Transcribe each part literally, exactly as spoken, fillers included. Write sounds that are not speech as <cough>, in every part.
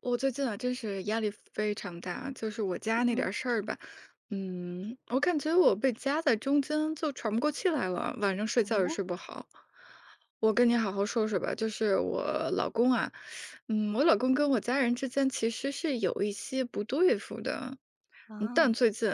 我最近啊，真是压力非常大啊，就是我家那点嗯，儿事儿吧，嗯，我感觉我被夹在中间，就喘不过气来了，晚上睡觉也哦，睡不好。我跟你好好说说吧，就是我老公啊，嗯，我老公跟我家人之间其实是有一些不对付的，嗯啊，但最近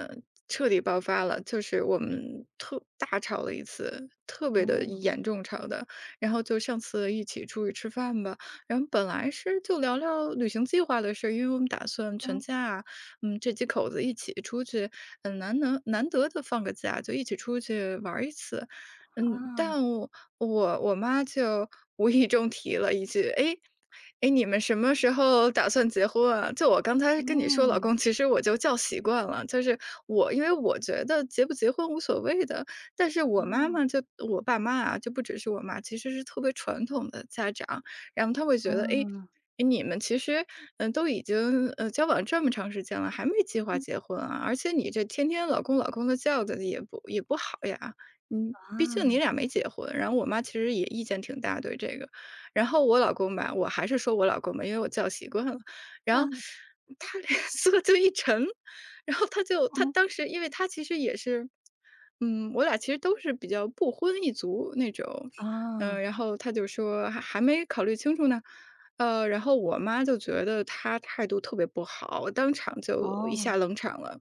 彻底爆发了，就是我们特大吵了一次，特别的嗯，严重吵的，然后就上次一起出去吃饭吧。然后本来是就聊聊旅行计划的事儿，因为我们打算全嗯，家啊，嗯，这几口子一起出去，嗯，难能难得的放个假，就一起出去玩儿一次。嗯，啊，但我我我妈就 <laughs> 无意中提了一句：“哎，哎，你们什么时候打算结婚啊？”就我刚才跟你说，老嗯，公，其实我就叫习惯了，就是我，因为我觉得结不结婚无所谓的，但是我啊，妈妈就我爸妈啊，就不只是我妈，其实是特别传统的家长，然后他会觉得，哎，嗯，诶你们其实，嗯、都已经呃交往这么长时间了，还没计划嗯，结婚啊，而且你这天天老公老公的叫的也不也不好呀，嗯，啊，毕竟你俩没结婚。然后我妈其实也意见挺大对这个，然后我老公吧，我还是说我老公吧，因为我叫习惯了，然啊，后他脸 <laughs> 色就一沉，然后他就他嗯，当时因为他其实也是，嗯，我俩其实都是比较不婚一族那种，啊，嗯，然后他就说还还没考虑清楚呢，呃，然后我妈就觉得他态度特别不好，当场就一哦，下冷场了。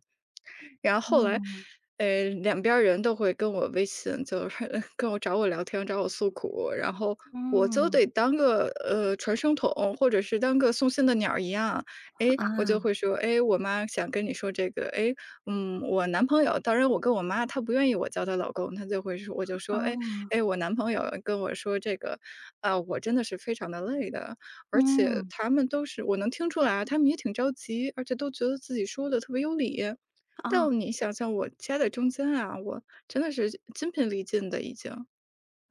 然后后来，嗯，呃，两边儿人都会跟我微信，就是 <laughs> 跟我找我聊天，找我诉苦，然后我就嗯，得当个呃传声筒，或者是当个送信的鸟儿一样。哎，我就啊，会说，哎，我妈想跟你说这个，哎，嗯，我男朋友，当然我跟我妈，她不愿意我叫她老公，她就会说，我就说，哎，啊，哎，我男朋友跟我说这个，啊、我真的是非常的累的，而且嗯，他们都是，我能听出来啊，他们也挺着急，而且都觉得自己说的特别有理。到啊。你想想我家在中间啊，我真的是精疲力尽的已经。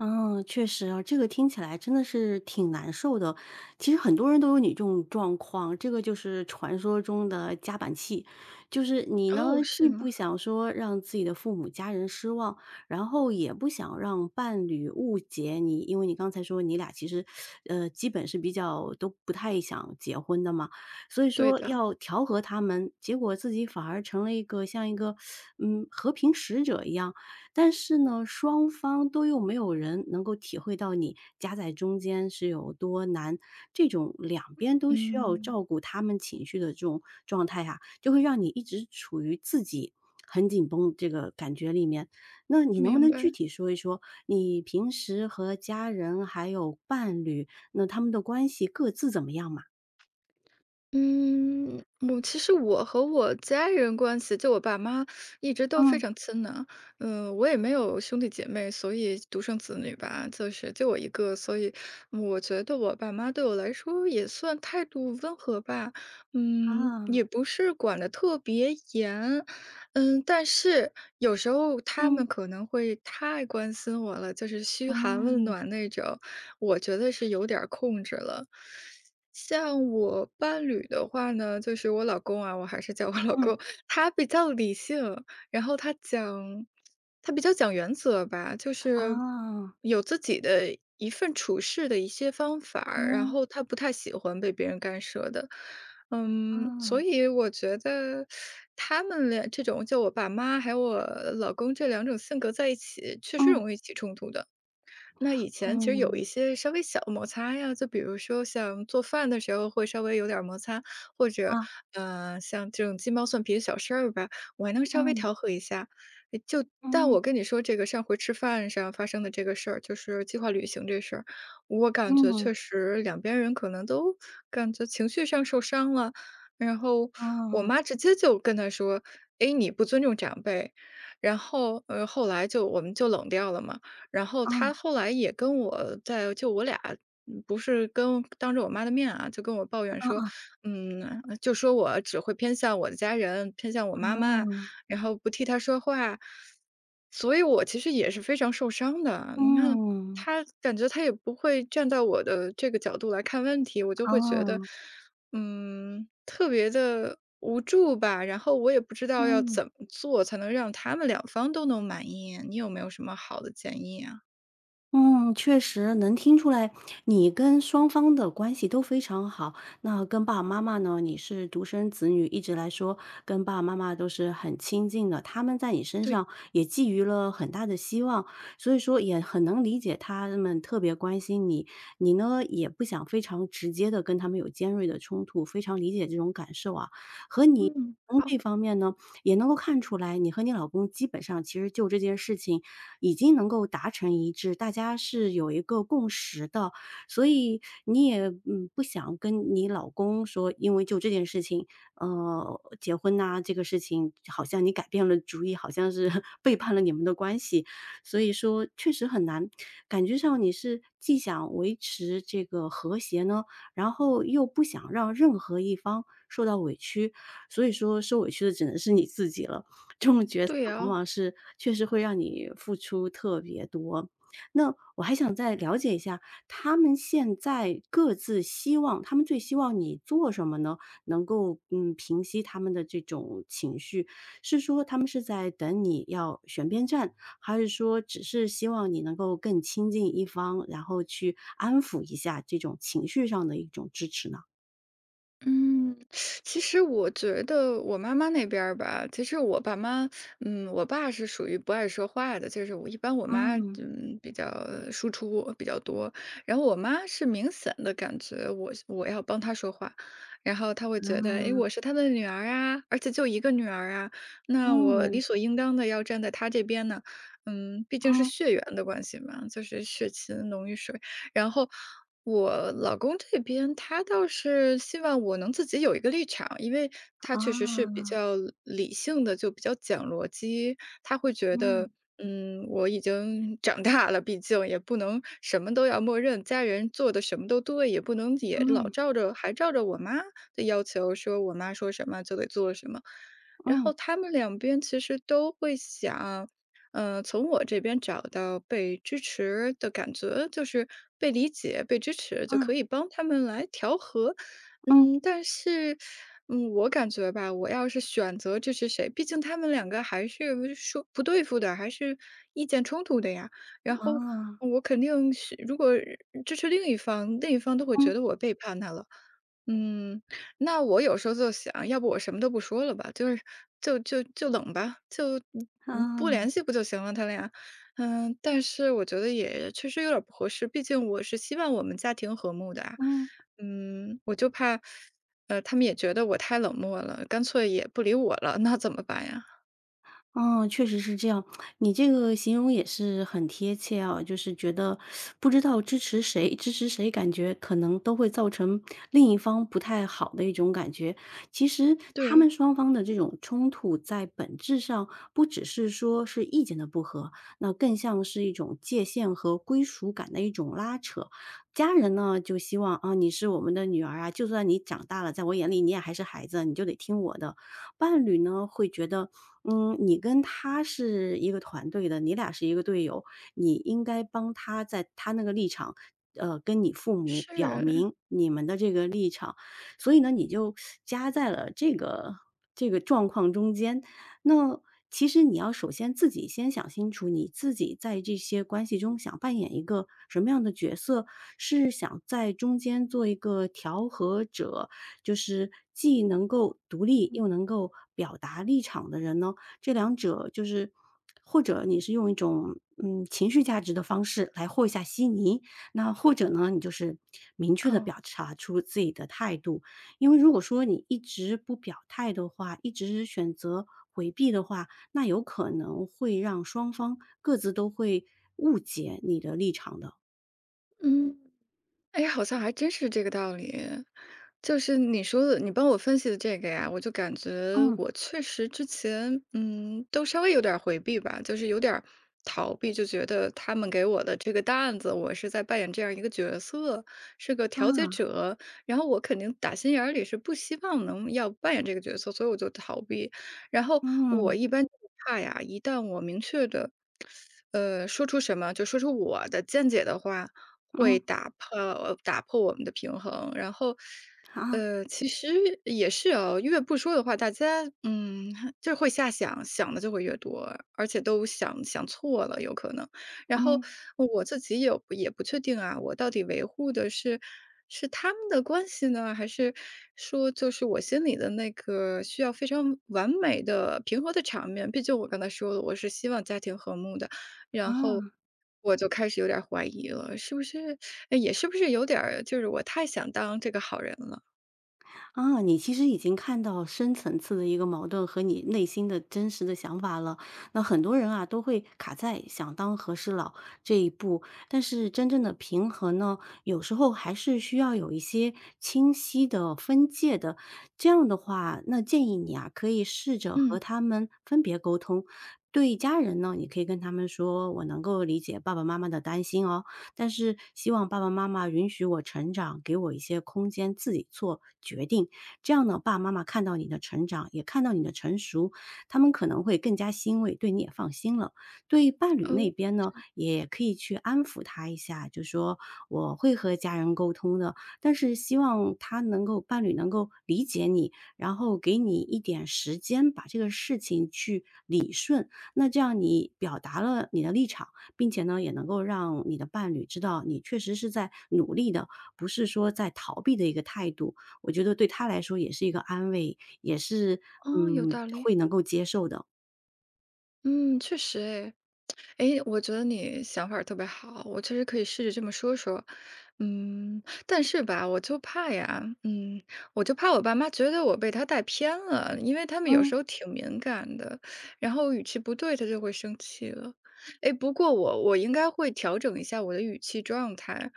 嗯，确实啊，这个听起来真的是挺难受的。其实很多人都有你这种状况，这个就是传说中的夹板气，就是你呢哦，是既不吗？想说让自己的父母家人失望，然后也不想让伴侣误解你，因为你刚才说你俩其实，呃，基本是比较都不太想结婚的嘛，所以对说的，要调和他们，结果自己反而成了一个像一个，嗯，和平使者一样。但是呢，双方都又没有人能够体会到你夹在中间是有多难，这种两边都需要嗯，照顾他们情绪的这种状态啊，就会让你一直处于自己很紧绷这个感觉里面。那你能不明能具白。体说一说，你平时和家人还有伴侣，那他们的关系各自怎么样嘛？嗯，我其实我和我家人关系，就我爸妈一直都非嗯，常亲呢。嗯，我也没有兄弟姐妹，所以独生子女吧，就是就我一个，所以我觉得我爸妈对我来说也算态度温和吧。嗯，啊，也不是管的特别严，嗯，但是有时候他嗯，们可能会太关心我了，就是嘘寒问嗯，暖那种，我觉得是有点儿控制了。像我伴侣的话呢，就是我老公啊，我还是叫我老嗯，公，他比较理性，然后他讲，他比较讲原则吧，就是啊，有自己的一份处事的一些方法儿然嗯，后他不太喜欢被别人干涉的，嗯，所啊，以我觉得他们俩这种就我爸妈还有我老公这两种性格在一起，确实嗯，容易起冲突的。那以前其实有嗯，一些稍微小摩擦呀，就比如说像做饭的时候会稍微有点儿摩擦，或啊。者，呃，像这种鸡毛蒜皮的小事儿吧，我还能稍微嗯，调和一下。诶就但嗯，我跟你说这个上回吃饭上发生的这个事儿，就是计划旅行这事儿，我感觉嗯，确实两边人可能都感觉情绪上受伤了。然后我哦，妈直接就跟他说：“哎，你不尊重长辈。”然后，呃，后来就我们就冷掉了嘛。然后哦，他嗯后来也跟我在就我俩嗯不是跟当着我妈的面啊，就跟我抱怨说，嗯，就说我只会偏向我的家人，偏向我哦，妈妈，哦，然后不替她说话，所以我其实也是非常受伤的。你看，嗯，他感觉他也不会站到我的这个角度来看问题，我就会觉得。哦嗯，特别的无助吧，然后我也不知道要嗯，怎么做才能让他们两方都能满意，你有没有什么好的建议啊？嗯，确实能听出来，你跟双方的关系都非常好。那跟爸爸妈妈呢，你是独生子女，一直来说跟爸爸妈妈都是很亲近的，他们在你身对，上也寄予了很大的希望，所以说也很能理解他们特别关心你。你呢，也不想非常直接的跟他们有尖锐的冲突，非常理解这种感受啊。嗯，从这好。方面呢，也能够看出来，你和你老公基本上其实就这件事情已经能够达成一致，大家是有一个共识的。所以你也，嗯，不想跟你老公说，因为就这件事情，呃，结婚呐，这个事情好像你改变了主意，好像是 <laughs> 背叛了你们的关系。所以说确实很难，感觉上你是既想维持这个和谐呢，然后又不想让任何一方受到委屈。所以说受委屈的只能是你自己了，这种角色对往呀。往是确实会让你付出特别多。那我还想再了解一下，他们现在各自希望他们最希望你做什么呢？能够，嗯，平息他们的这种情绪，是说他们是在等你要选边站，还是说只是希望你能够更亲近一方，然后去安抚一下这种情绪上的一种支持呢？嗯，其实我觉得我妈妈那边儿吧，其实我爸妈，嗯，我爸是属于不爱说话的，就是我一般我妈嗯，嗯比较输出比较多，然后我妈是明显的感觉我我要帮她说话，然后她会觉得，诶，我是她的女儿啊，而且就一个女儿啊，那我嗯，理所应当的要站在她这边呢，嗯，毕竟是嗯，血缘的关系嘛，就是血亲浓于水。然后我老公这边，他倒是希望我能自己有一个立场，因为他确实是比啊。较理性的，就比较讲逻辑。他会觉得，嗯，嗯，我已经长大了，毕竟也不能什么都要默认，家人做的什么都对，也不能也老嗯，照着还照着我妈的要求，说我妈说什么就得做什么。然嗯，后他们两边其实都会想。嗯，从我这边找到被支持的感觉，就是被理解、被支持，就可嗯，以帮他们来调和。嗯，嗯，但是，嗯，我感觉吧，我要是选择支持谁，毕竟他们两个还是说不对付的，还是意见冲突的呀。然后啊，我肯定是，如果支持另一方，另一方都会觉嗯，得我背叛他了。嗯。那我有时候就想，要不我什么都不说了吧，就是就就就冷吧，就嗯啊，嗯不嗯联系不就行了，他俩。嗯，但是我觉得也确实有点儿不合适，毕竟我是希望我们家庭和睦的啊啊。嗯，我就怕，呃，他们也觉得我太冷漠了，干脆也不理我了，那怎么办呀？嗯，确实是这样。你这个形容也是很贴切啊，就是觉得不知道支持谁，支持谁，感觉可能都会造成另一方不太好的一种感觉。其实他们对，双方的这种冲突，在本质上不只是说是意见的不合，那更像是一种界限和归属感的一种拉扯。家人呢，就希望啊，你是我们的女儿啊，就算你长大了，在我眼里你也还是孩子，你就得听我的。伴侣呢，会觉得嗯，你跟他是一个团队的，你俩是一个队友，你应该帮他在他那个立场，呃，跟你父母表是，明你们的这个立场。所以呢，你就夹在了这个这个状况中间。那其实你要首先自己先想清楚，你自己在这些关系中想扮演一个什么样的角色，是想在中间做一个调和者，就是既能够独立又能够表达立场的人呢，这两者就是或者你是用一种，嗯，情绪价值的方式来和一下稀泥，那或者呢，你就是明确的哦。表达出自己的态度。因为如果说你一直不表态的话，一直选择回避的话，那有可能会让双方各自都会误解你的立场的。嗯。哎，好像还真是这个道理。就是你说的，你帮我分析的这个呀，我就感觉嗯，我确实之前，嗯，都稍微有点儿回避吧，就是有点儿逃避，就觉得他们给我的这个担子，我是在扮演这样一个角色，是个调解啊，者，然后我肯定打心眼儿里是不希望能要扮演这个角色，所以我就逃避。然后我嗯，一般就怕呀，一旦我明确的，呃，说出什么，就说出我的见解的话。会嗯，打破呃打破我们的平衡。然后，啊，呃，其实也是哦，越不说的话，大家嗯，就会瞎想，想的就会越多，而且都想想错了，有可能。然后嗯，我自己也也不确定啊，我到底维护的是是他们的关系呢，还是说就是我心里的那个需要非常完美的平和的场面？毕竟我刚才说了，我是希望家庭和睦的。然后啊。我就开始有点儿怀疑了，是不是哎，也是不是有点儿就是我太想当这个好人了？啊，你其实已经看到深层次的一个矛盾和你内心的真实的想法了。那很多人啊，都会卡在想当和事佬这一步，但是真正的平衡呢，有时候还是需要有一些清晰的分界的。这样的话，那建议你啊，可以试着和嗯，他们分别沟通。对家人呢，你可以跟他们说："我能够理解爸爸妈妈的担心哦，但是希望爸爸妈妈允许我成长，给我一些空间自己做决定。这样呢，爸爸妈妈看到你的成长，也看到你的成熟，他们可能会更加欣慰，对你也放心了。对伴侣那哦，边呢，也可以去安抚他一下，就说我会和家人沟通的，但是希望他能够伴侣能够理解你，然后给你一点时间把这个事情去理顺。那这样你表达了你的立场，并且呢，也能够让你的伴侣知道你确实是在努力的，不是说在逃避的一个态度。我觉得对他来说也是一个安慰，也是哦，有嗯道理。会能够接受的。嗯，确实诶。诶，我觉得你想法儿特别好，我确实可以试着这么说说。嗯，但是吧，我就怕呀，嗯，我就怕我爸妈觉得我被他带偏了，因为他们有时嗯候挺敏感的，然后语气不对，他就会生气了。诶，不过我我应该会调整一下我的语气状态。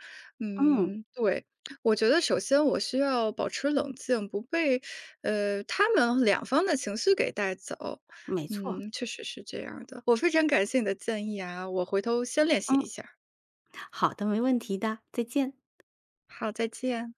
嗯，嗯，对，我觉得首先我需要保持冷静，不被呃他们两方的情绪给带走。没错，嗯，确实是这样的。我非常感谢你的建议啊，我回头先练习嗯，一下好的，没问题的，再见。好，再见。